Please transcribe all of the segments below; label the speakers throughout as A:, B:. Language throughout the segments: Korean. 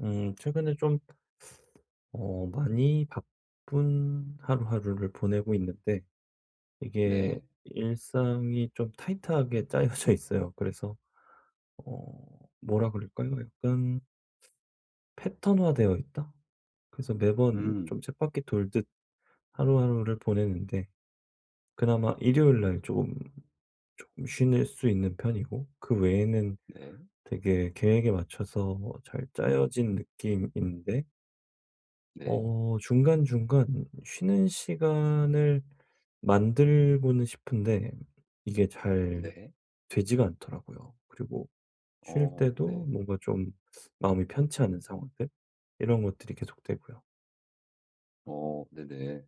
A: 최근에 좀, 많이 바쁜 하루하루를 보내고 있는데, 이게
B: 네.
A: 일상이 좀 타이트하게 짜여져 있어요. 그래서, 뭐라 그럴까요? 약간 패턴화되어 있다? 그래서 매번
B: 음.
A: 좀 쳇바퀴 돌듯 하루하루를 보내는데, 그나마 일요일 날 조금 쉬는 수 있는 편이고, 그 외에는
B: 네.
A: 되게 계획에 맞춰서 잘 짜여진 느낌인데,
B: 네.
A: 중간중간 쉬는 시간을 만들고는 싶은데 이게 잘
B: 네.
A: 되지가 않더라고요. 그리고 쉴 때도
B: 네.
A: 뭔가 좀 마음이 편치 않은 상황들 이런 것들이 계속되고요.
B: 네네.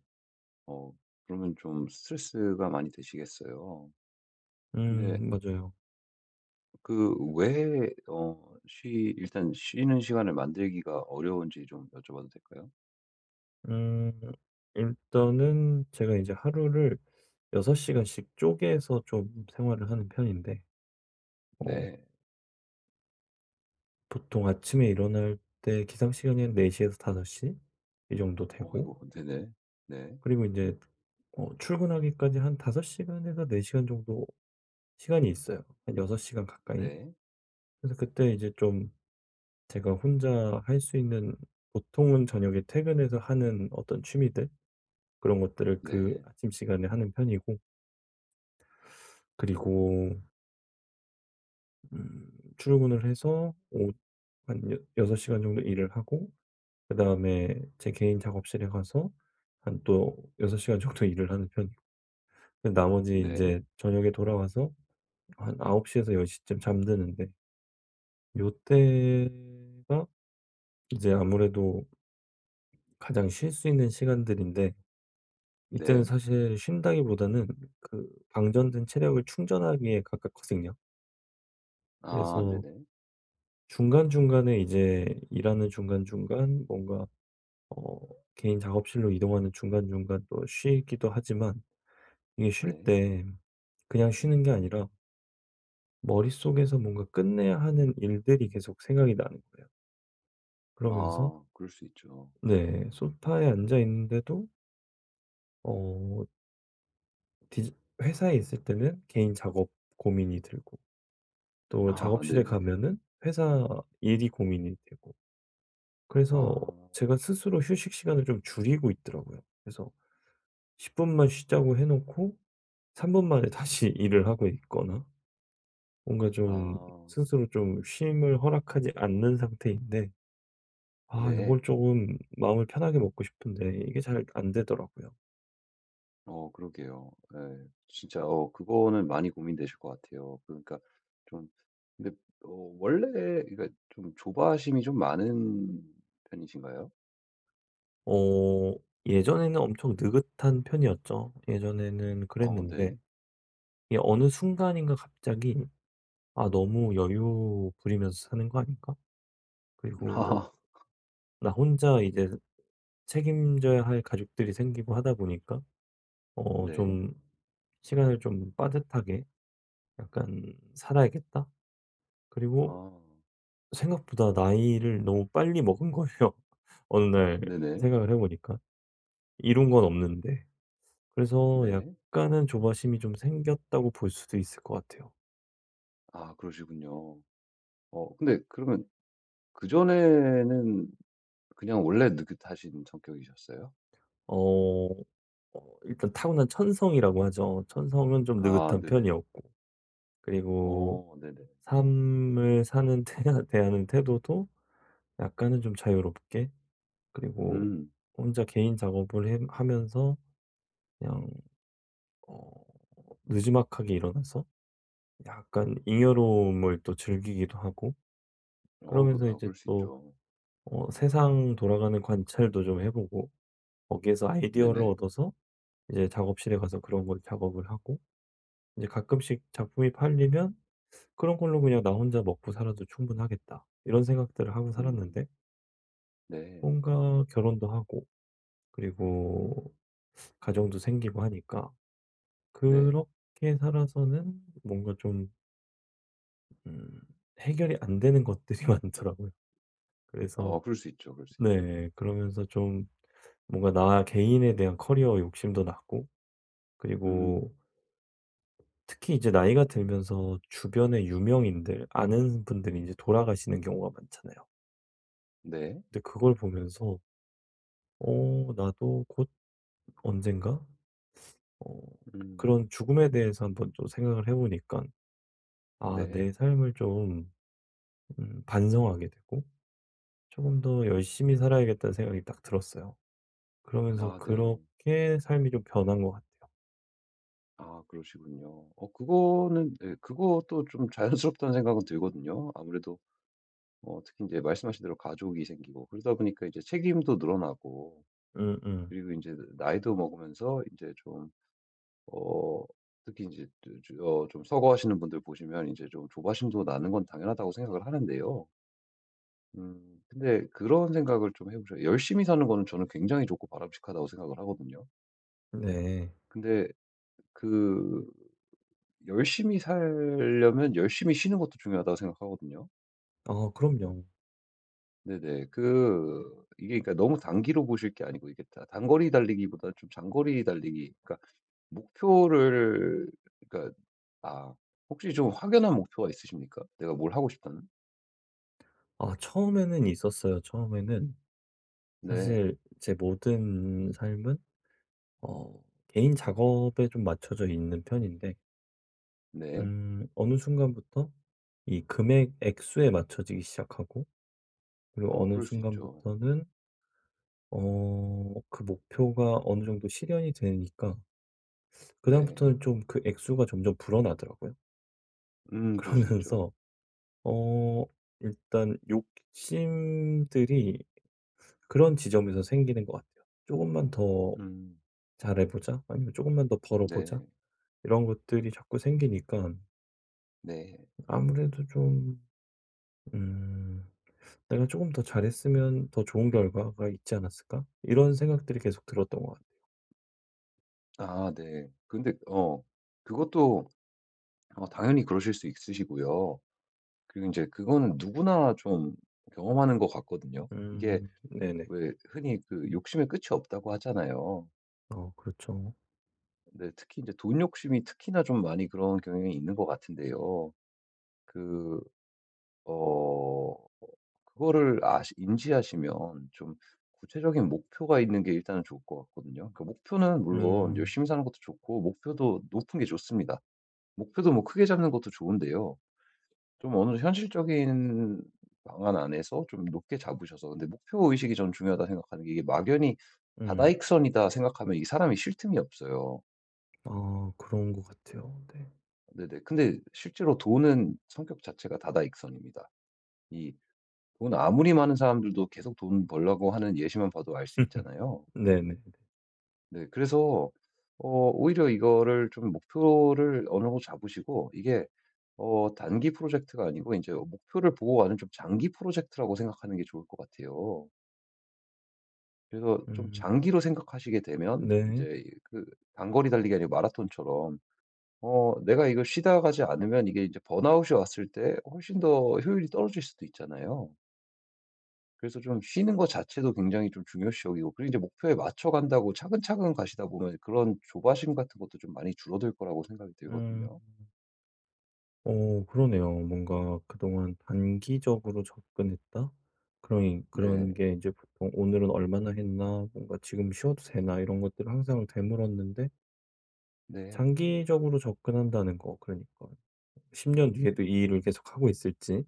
B: 어 그러면 좀 스트레스가 많이 되시겠어요. 근데
A: 음, 맞아요.
B: 그 왜 어 쉬 일단 쉬는 시간을 만들기가 어려운지 좀 여쭤봐도 될까요?
A: 음 일단은 제가 이제 하루를 6 시간씩 쪼개서 좀 생활을 하는 편인데, 어
B: 네.
A: 보통 아침에 일어날 때 기상 시간이 한 4 시에서 5시 이 정도
B: 어이
A: 되고,
B: 구 네네. 네.
A: 그리고 이제 출근하기까지 한 5 시간에서 4 시간 정도 시간이 있어요. 한 6 시간 가까이.
B: 네.
A: 그래서 그때 이제 좀 제가 혼자 할 수 있는, 보통은 저녁에 퇴근해서 하는 어떤 취미들, 그런 것들을 그
B: 네.
A: 아침 시간에 하는 편이고, 그리고 음 출근을 해서 오 한 여 6 시간 정도 일을 하고, 그다음에 제 개인 작업실에 가서 한 또 6 시간 정도 일을 하는 편이고, 나머지 이
B: 네.
A: 제 저녁에 돌아와서 한9홉시에서1 0쯤 잠드는데, 요때가 이제 아무래도 가장 쉴 수 있는 시간들인데, 이때는
B: 네.
A: 사실 쉰다기보다는 그 방전된 체력을 충전하기에 가깝거든요.
B: 아
A: 그래서
B: 네네.
A: 중간중간에 이제 일하는 중간중간 뭔가 어 개인 작업실로 이동하는 중간중간 또 쉬기도 하지만, 이게 쉴
B: 네.
A: 때 그냥 쉬는 게 아니라, 머릿속에서 뭔가 끝내야 하는 일들이 계속 생각이 나는 거예요. 그러면서,
B: 아 그럴 수 있죠.
A: 네, 소파에 앉아 있는데도 어 디지 회사에 있을 때는 개인 작업 고민이 들고, 또
B: 아
A: 작업실에
B: 네네네.
A: 가면은 회사 일이 고민이 되고, 그래서
B: 아.
A: 제가 스스로 휴식 시간을 좀 줄이고 있더라고요. 그래서 10 분만 쉬자고 해 놓고 3분 만에 다시 일을 하고 있거나, 뭔가 좀
B: 아.
A: 스스로 좀 쉼을 허락하지 않는 상태인데, 아,
B: 네.
A: 요걸 조금 마음을 편하게 먹고 싶은데 이게 잘 안 되더라고요.
B: 그러게요. 예. 진짜 그거는 많이 고민되실 것 같아요. 그러니까 좀 근데 어 원래 그러니까 좀 조바심이 좀 많은 편이신가요?
A: 어 예전에는 엄청 느긋한 편이었죠. 예전에는
B: 네.
A: 그랬는데 이게 어느 순간인가 갑자기, '아, 너무 여유 부리면서 사는 거 아닐까?' 그리고
B: 아
A: 나 혼자 이제 책임져야 할 가족들이 생기고 하다 보니까
B: 네.
A: 좀, '시간을 좀 빠듯하게 약간 살아야겠다.' 그리고
B: 아
A: 생각보다 나이를 너무 빨리 먹은 거예요. 어느 날
B: 네네.
A: 생각을 해 보니까. 이룬 건 없는데. 그래서
B: 네.
A: 약간은 조바심이 좀 생겼다고 볼 수도 있을 것 같아요.
B: 아 그러시군요. 근데 그러면 그전에는 그냥 원래 느긋하신 성격이셨어요?
A: 어, 어, 일단 타고난 천성이라고 하죠. 천성은 좀
B: 아
A: 느긋한
B: 네네.
A: 편이었고, 그리고
B: 네네.
A: 삶을 사는 대하는 태도도 약간은 좀 자유롭게, 그리고
B: 음.
A: 혼자 개인 작업을 하면서, 그냥 어, 느지막하게 일어나서 약간 잉여로움을 또 즐기기도 하고,
B: 어 그
A: 그러면서
B: 아
A: 이제
B: 그럴 수
A: 또
B: 있죠.
A: 세상 돌아가는 관찰도 좀 해보고, 거기에서 아이디어를
B: 네네.
A: 얻어서 이제 작업실에 가서 그런 걸 작업을 하고, 이제 가끔씩 작품이 팔리면 '그런 걸로 그냥 나 혼자 먹고 살아도 충분하겠다.' 이런 생각들을 하고
B: 음.
A: 살았는데,
B: 네.
A: 뭔가 결혼도 하고 그리고 가정도 생기고 하니까,
B: 네.
A: 그렇게 살아서는 뭔가 좀 음 해결이 안 되는 것들이 많더라고요. 그래서,
B: 어 그럴 수 있죠, 그럴 수 있죠.
A: 네, 그러면서 좀 뭔가 나 개인에 대한 커리어 욕심도 났고,
B: 음
A: 그리고 특히 이제 나이가 들면서 주변의 유명인들, 아는 분들이 이제 돌아가시는 경우가 많잖아요.
B: 네.
A: 근데 그걸 보면서 나도 곧 언젠가, 어
B: 음
A: 그런 죽음에 대해서 한번 좀 생각을 해보니까, 아,
B: 네.
A: 내 삶을 좀 반성하게 되고, 조금 더 열심히 살아야겠다.'는 생각이 딱 들었어요. 그러면서
B: 아 네.
A: 그렇게 삶이 좀 변한 것 같아요.
B: 아 그러시군요. 그거는 네, 그것도 좀 자연스럽다는 생각은 들거든요. 아무래도 특히 이제 말씀하신 대로 가족이 생기고 그러다 보니까 이제 책임도 늘어나고
A: 음음.
B: 그리고 이제 나이도 먹으면서 이제 좀 어 특히 이제 좀 서거하시는 분들 보시면 이제 좀 조바심도 나는 건 당연하다고 생각을 하는데요. 근데 그런 생각을 좀 해 보셔요. 열심히 사는 거는 저는 굉장히 좋고 바람직하다고 생각을 하거든요.
A: 네.
B: 근데 그 열심히 살려면 열심히 쉬는 것도 중요하다고 생각하거든요.
A: 아, 그럼요.
B: 네네. 그 이게 그러니까 너무 단기로 보실 게 아니고 이게 다 단거리 달리기보다 좀 장거리 달리기 그러니까 목표를 그러니까 아 혹시 좀 확연한 목표가 있으십니까? 내가 뭘 하고 싶다는?
A: 아, 처음에는 있었어요. 처음에는
B: 네.
A: 사실 제 모든 삶은 어 개인 작업에 좀 맞춰져 있는 편인데,
B: 네.
A: 어느 순간부터 이 금액 액수에 맞춰지기 시작하고, 그리고
B: 어
A: 어느
B: 그럴 수 있죠.
A: 순간부터는 그 목표가 어느 정도 실현이 되니까,
B: 네.
A: 그다음부터는 좀 그 액수가 점점 불어나더라고요.
B: 그럴 수 있죠.
A: 그러면서 어 일단 욕심들이 그런 지점에서 생기는 것 같아요. '조금만 더
B: 음.
A: 잘해 보자.' 아니면 '조금만 더 벌어 보자.'
B: 네.
A: 이런 것들이 자꾸 생기니까
B: 네.
A: 아무래도 좀, 음, '내가 조금 더 잘했으면 더 좋은 결과가 있지 않았을까?' 이런 생각들이 계속 들었던 것 같아요.
B: 아 네. 근데 그것도 당연히 그러실 수 있으시고요. 그리고 이제 그거는 누구나 좀 경험하는 것 같거든요. 이게
A: 음, 네네.
B: 왜 흔히 그 욕심의 끝이 없다고 하잖아요.
A: 어, 그렇죠.
B: 근데 특히 이제 돈 욕심이 특히나 좀 많이 그런 경향이 있는 것 같은데요. 그 어 그거를 아시 인지하시면 좀 구체적인 목표가 있는 게 일단은 좋을 것 같거든요. 그 목표는 물론
A: 음.
B: 열심히 사는 것도 좋고 목표도 높은 게 좋습니다. 목표도 뭐 크게 잡는 것도 좋은데요. 좀 어느 현실적인 방안 안에서 좀 높게 잡으셔서 근데 목표 의식이 좀중요하다 생각하는 게 이게 막연히
A: 음.
B: '다다익선이다.' 생각하면 이 사람이 쉴 틈이 없어요.
A: 아, 그런 것 같아요. 네.
B: 네네. 근데 실제로 돈은 성격 자체가 다다익선입니다. 이 돈 아무리 많은 사람들도 계속 돈 벌려고 하는 예시만 봐도 알 수 있잖아요.
A: 네네.
B: 네. 그래서 오히려 이거를 좀 목표를 어느 정도 잡으시고 이게 단기 프로젝트가 아니고 이제 목표를 보고 가는 좀 장기 프로젝트라고 생각하는 게 좋을 것 같아요. 그래서 좀
A: 음,
B: 장기로 생각하시게 되면 이
A: 네.
B: 제 그 단거리 달리기 아니고 마라톤처럼 내가 이걸 쉬다 가지 않으면 이게 이제 번아웃이 왔을 때 훨씬 더 효율이 떨어질 수도 있잖아요. 그래서 좀 쉬는 거 자체도 굉장히 좀 중요시 여기고 그리고 이제 목표에 맞춰 간다고 차근차근 가시다 보면 그런 조바심 같은 것도 좀 많이 줄어들 거라고 생각이
A: 음.
B: 들거든요.
A: 그러네요. 뭔가 그동안 단기적으로 접근했다? 그런
B: 네.
A: 그런 게 이제 보통 '오늘은 얼마나 했나? 뭔가 지금 쉬어도 되나?' 이런 것들을 항상 되물었는데,
B: 네.
A: 장기적으로 접근한다는 거, 그러니까 10년 뒤에도 이 일을 계속하고 있을지,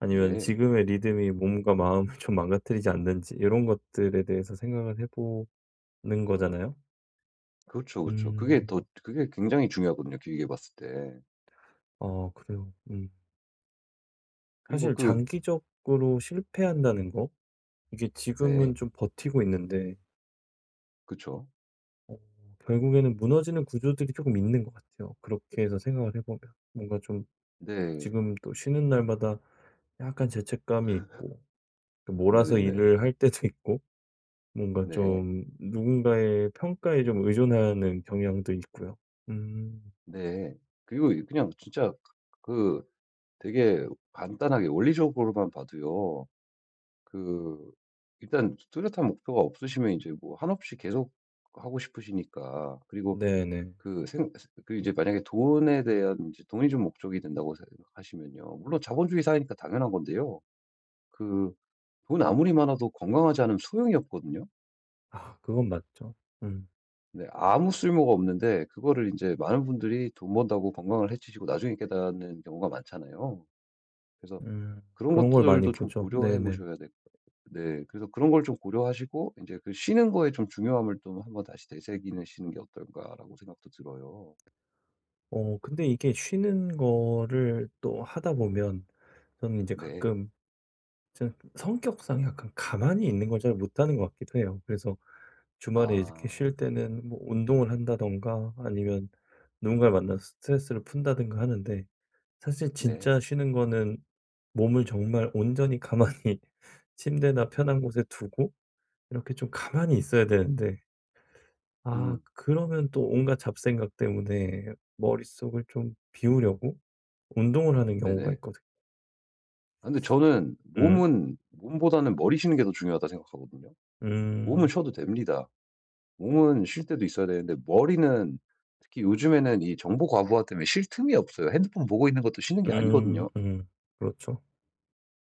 A: 아니면
B: 네.
A: 지금의 리듬이 몸과 마음을 좀 망가뜨리지 않는지 이런 것들에 대해서 생각을 해 보는 거잖아요.
B: 그렇죠, 그렇죠.
A: 음.
B: 그게 굉장히 중요하거든요, 길게 봤을 때.
A: 아, 그래요. 음.
B: 그리고
A: 사실
B: 그
A: 장기적으로 실패한다는 거, 이게
B: 네.
A: 지금은 좀 버티고 있는데
B: 그렇
A: 어 결국에는 무너지는 구조들이 조금 있는 것 같아요. 그렇게 해서 생각을 해 보면. 뭔가 좀
B: 네.
A: 지금 또 쉬는 날마다 약간 죄책감이 있고, 또 몰아서
B: 네네네.
A: 일을 할 때도 있고, 뭔가
B: 네. 네.
A: 좀 누군가의 평가에 좀 의존하는 경향도 있고요. 음,
B: 네. 그리고 그냥 진짜 그 되게 간단하게 원리적으로만 봐도요. 그 일단 뚜렷한 목표가 없으시면 이제 뭐 한없이 계속 하고 싶으시니까 그리고
A: 네네.
B: 그 생 그 이제 만약에 돈에 대한 이제 돈이 좀 목적이 된다고 생각하시면요. 물론 자본주의 사회니까 당연한 건데요. 그 돈 아무리 많아도 건강하지 않으면 소용이 없거든요.
A: 아, 그건 맞죠. 음.
B: 네. 아무 쓸모가 없는데 그거를 이제 많은 분들이 돈 번다고 건강을 해치시고 나중에 깨닫는 경우가 많잖아요. 그래서
A: 음.
B: 그런
A: 그런 걸
B: 것들도
A: 많이
B: 좀
A: 보죠.
B: 고려해
A: 네네.
B: 보셔야 될 거예요. 네. 그래서 그런 걸 좀 고려하시고 이제 그 쉬는 거에 좀 중요함을 좀 한번 다시 되새기시는 게 어떨까라고 생각도 들어요.
A: 근데 이게 쉬는 거를 또 하다 보면, 저는 이제
B: 네.
A: 가끔 저는 성격상 약간 가만히 있는 걸 잘 못하는 것 같기도 해요. 그래서 주말에 이렇게
B: 아.
A: 쉴 때는 뭐 운동을 한다든가, 아니면 누군가를 만나서 스트레스를 푼다든가 하는데, 사실
B: 네.
A: 진짜 쉬는 거는 몸을 정말 온전히 가만히 침대나 편한 곳에 두고 이렇게 좀 가만히 있어야 되는데, 아,
B: 음.
A: 그러면 또 온갖 잡생각 때문에 머릿속을 좀 비우려고 운동을 하는 경우가
B: 네네.
A: 있거든요.
B: 아 근데 저는
A: 음.
B: 몸은 몸보다는 머리 쉬는 게 더 중요하다 생각하거든요. 몸은
A: 음.
B: 쉬어도 됩니다. 몸은 쉴 때도 있어야 되는데 머리는 특히 요즘에는 이 정보 과부하 때문에 쉴 틈이 없어요. 핸드폰 보고 있는 것도 쉬는 게
A: 음.
B: 아니거든요.
A: 음. 그렇죠.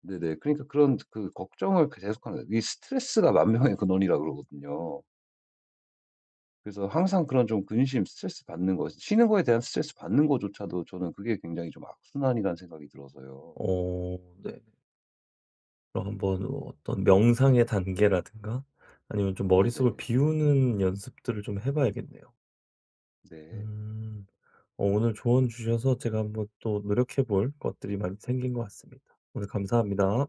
B: 네네. 그러니까 그런 그 걱정을 그 계속하는 거예요. 이 스트레스가 만병의 근원이라 그러거든요. 그래서 항상 그런 좀 근심, 스트레스 받는 거, 쉬는 거에 대한 스트레스 받는 거조차도 저는 그게 굉장히 좀 악순환이라는 생각이 들어서요.
A: 어, 네. 그럼 한번 뭐 어떤 명상의 단계라든가, 아니면 좀 머릿속을
B: 네네.
A: 비우는 연습들을 좀 해 봐야겠네요.
B: 네.
A: 음. 오늘 조언 주셔서 제가 한번 또 노력해 볼 것들이 많이 생긴 것 같습니다. 오늘 감사합니다.